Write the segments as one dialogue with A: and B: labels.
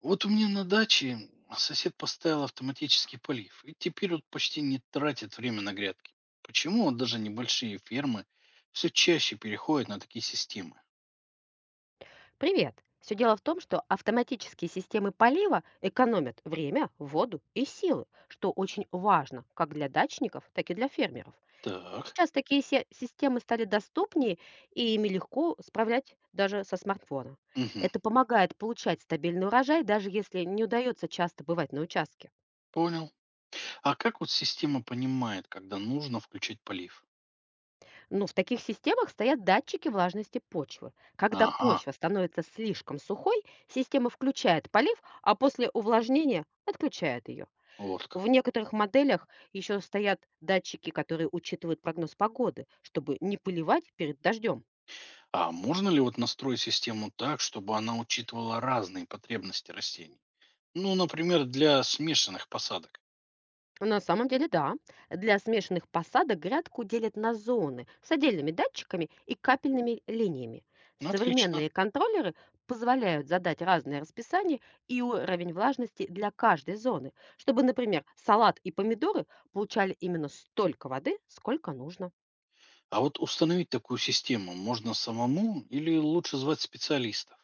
A: Вот у меня на даче сосед поставил автоматический полив, и теперь он почти не тратит время на грядки. Почему вот даже небольшие фермы все чаще переходят на такие системы?
B: Привет! Все дело в том, что автоматические системы полива экономят время, воду и силы, что очень важно как для дачников, так и для фермеров.
A: Так,
B: Сейчас такие системы стали доступнее и ими легко справлять даже со смартфона.
A: мгм,
B: Это помогает получать стабильный урожай, даже если не удается часто бывать на участке.
A: понял. А как вот система понимает, когда нужно включить полив?
B: Но в таких системах стоят датчики влажности почвы. Когда
A: Ага,
B: почва становится слишком сухой, система включает полив, а после увлажнения отключает ее.
A: вот
B: В
A: как.
B: некоторых моделях еще стоят датчики, которые учитывают прогноз погоды, чтобы не поливать перед дождем.
A: А можно ли вот настроить систему так, чтобы она учитывала разные потребности растений? Ну, например, для смешанных посадок.
B: На самом деле, да. Для смешанных посадок грядку делят на зоны с отдельными датчиками и капельными линиями.
A: Отлично.
B: Современные контроллеры позволяют задать разное расписание и уровень влажности для каждой зоны, чтобы, например, салат и помидоры получали именно столько воды, сколько нужно.
A: А вот установить такую систему можно самому или лучше звать специалистов?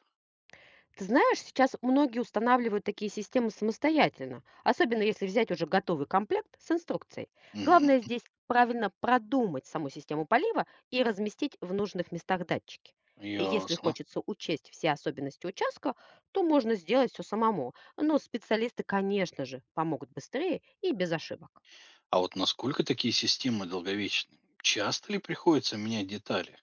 B: Ты знаешь, сейчас многие устанавливают такие системы самостоятельно, особенно если взять уже готовый комплект с инструкцией.
A: Мгм.
B: Главное здесь правильно продумать саму систему полива и разместить в нужных местах датчики. И если
A: Ясно.
B: хочется учесть все особенности участка, то можно сделать все самому. Но специалисты, конечно же, помогут быстрее и без ошибок.
A: А вот насколько такие системы долговечны? Часто ли приходится менять детали?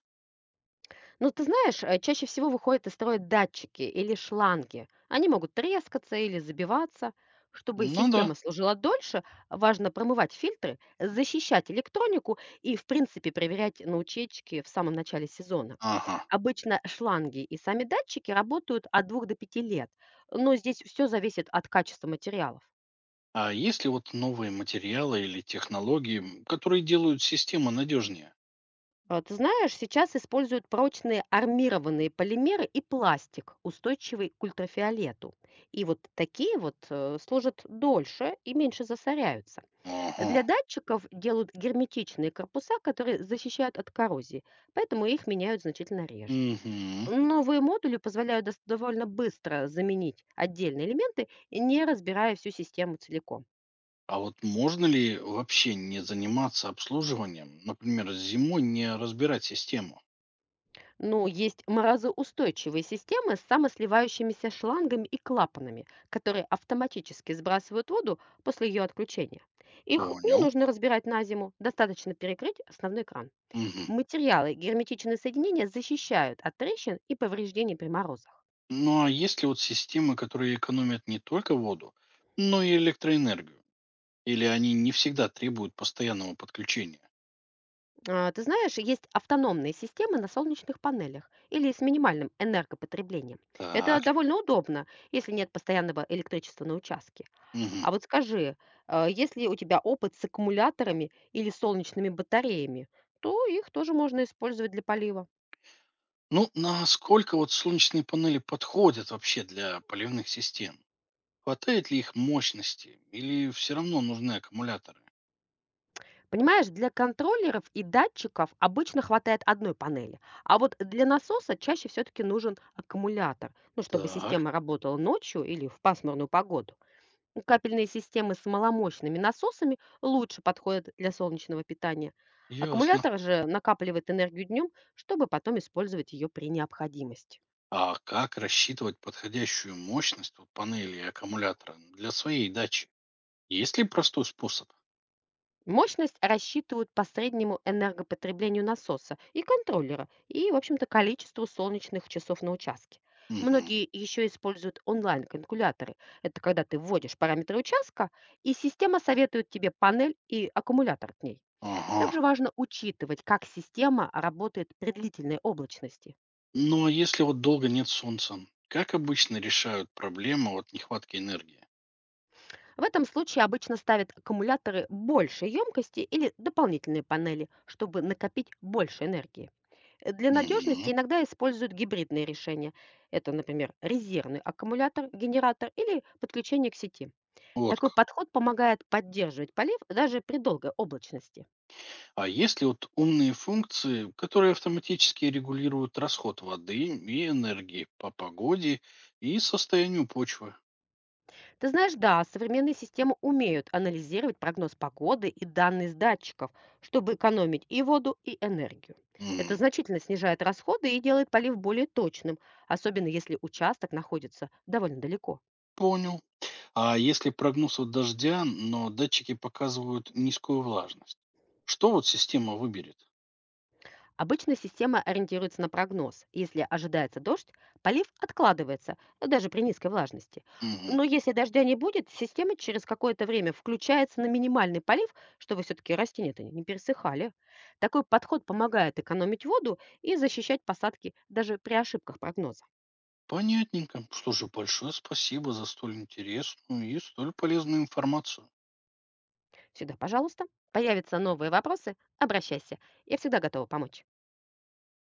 B: Но ты знаешь, чаще всего выходят из строя датчики или шланги. Они могут трескаться или забиваться. Чтобы
A: Ну да.
B: система служила дольше, важно промывать фильтры, защищать электронику и, в принципе, проверять на утечке в самом начале сезона.
A: Ага.
B: Обычно шланги и сами датчики работают от 2 до 5 лет, но здесь все зависит от качества материалов.
A: А есть ли вот новые материалы или технологии, которые делают систему надежнее?
B: Ты знаешь, сейчас используют прочные армированные полимеры и пластик, устойчивый к ультрафиолету. И вот такие вот служат дольше и меньше засоряются.
A: Ага.
B: Для датчиков делают герметичные корпуса, которые защищают от коррозии, поэтому их меняют значительно реже.
A: Угу.
B: Новые модули позволяют довольно быстро заменить отдельные элементы, не разбирая всю систему целиком.
A: А вот можно ли вообще не заниматься обслуживанием, например, зимой не разбирать систему?
B: Ну, есть морозоустойчивые системы с самосливающимися шлангами и клапанами, которые автоматически сбрасывают воду после ее отключения. Их не
A: Понял.
B: нужно разбирать на зиму, достаточно перекрыть основной кран.
A: Мгм.
B: Материалы и герметичные соединения защищают от трещин и повреждений при морозах.
A: Ну а есть ли вот системы, которые экономят не только воду, но и электроэнергию? Или они не всегда требуют постоянного подключения?
B: Ты знаешь, есть автономные системы на солнечных панелях или с минимальным энергопотреблением. Это
A: Так,
B: довольно удобно, если нет постоянного электричества на участке.
A: мгм.
B: А вот скажи, есть у тебя опыт с аккумуляторами или солнечными батареями, то их тоже можно использовать для полива.
A: Ну, насколько вот солнечные панели подходят вообще для поливных систем? Хватает ли их мощности? Или все равно нужны аккумуляторы?
B: Понимаешь, для контроллеров и датчиков обычно хватает одной панели, а вот для насоса чаще все-таки нужен аккумулятор, ну, чтобы
A: Так,
B: система работала ночью или в пасмурную погоду. Ну, капельные системы с маломощными насосами лучше подходят для солнечного питания.
A: ясно.
B: Аккумулятор же накапливает энергию днем, чтобы потом использовать ее при необходимости.
A: А как рассчитывать подходящую мощность вот панели и аккумулятора для своей дачи? Есть ли простой способ?
B: Мощность рассчитывают по среднему энергопотреблению насоса и контроллера и, в общем-то, количеству солнечных часов на участке.
A: Мгм.
B: Многие еще используют онлайн-калькуляторы. Это когда ты вводишь параметры участка, и система советует тебе панель и аккумулятор к ней.
A: Ага.
B: Также важно учитывать, как система работает при длительной облачности.
A: Ну а если вот долго нет солнца, как обычно решают проблему от нехватки энергии?
B: В этом случае обычно ставят аккумуляторы большей емкости или дополнительные панели, чтобы накопить больше энергии. Для надежности
A: Мгм.
B: иногда используют гибридные решения. Это, например, резервный аккумулятор, генератор или подключение к сети.
A: Вот
B: Такой
A: как.
B: подход помогает поддерживать полив даже при долгой облачности.
A: А есть ли вот умные функции, которые автоматически регулируют расход воды и энергии по погоде и состоянию почвы?
B: Ты знаешь, да, современные системы умеют анализировать прогноз погоды и данные с датчиков, чтобы экономить и воду, и энергию. Это
A: М,
B: значительно снижает расходы и делает полив более точным, особенно если участок находится довольно далеко.
A: Понял. А если прогноз от дождя, но датчики показывают низкую влажность, что вот система выберет?
B: Обычно система ориентируется на прогноз. Если ожидается дождь, полив откладывается, даже при низкой влажности.
A: Мгм.
B: Но если дождя не будет, система через какое-то время включается на минимальный полив, чтобы все-таки растения-то не пересыхали. Такой подход помогает экономить воду и защищать посадки даже при ошибках прогноза.
A: Понятненько. Что же, большое спасибо за столь интересную и столь полезную информацию.
B: Всегда, пожалуйста, появятся новые вопросы, обращайся. Я всегда готова помочь.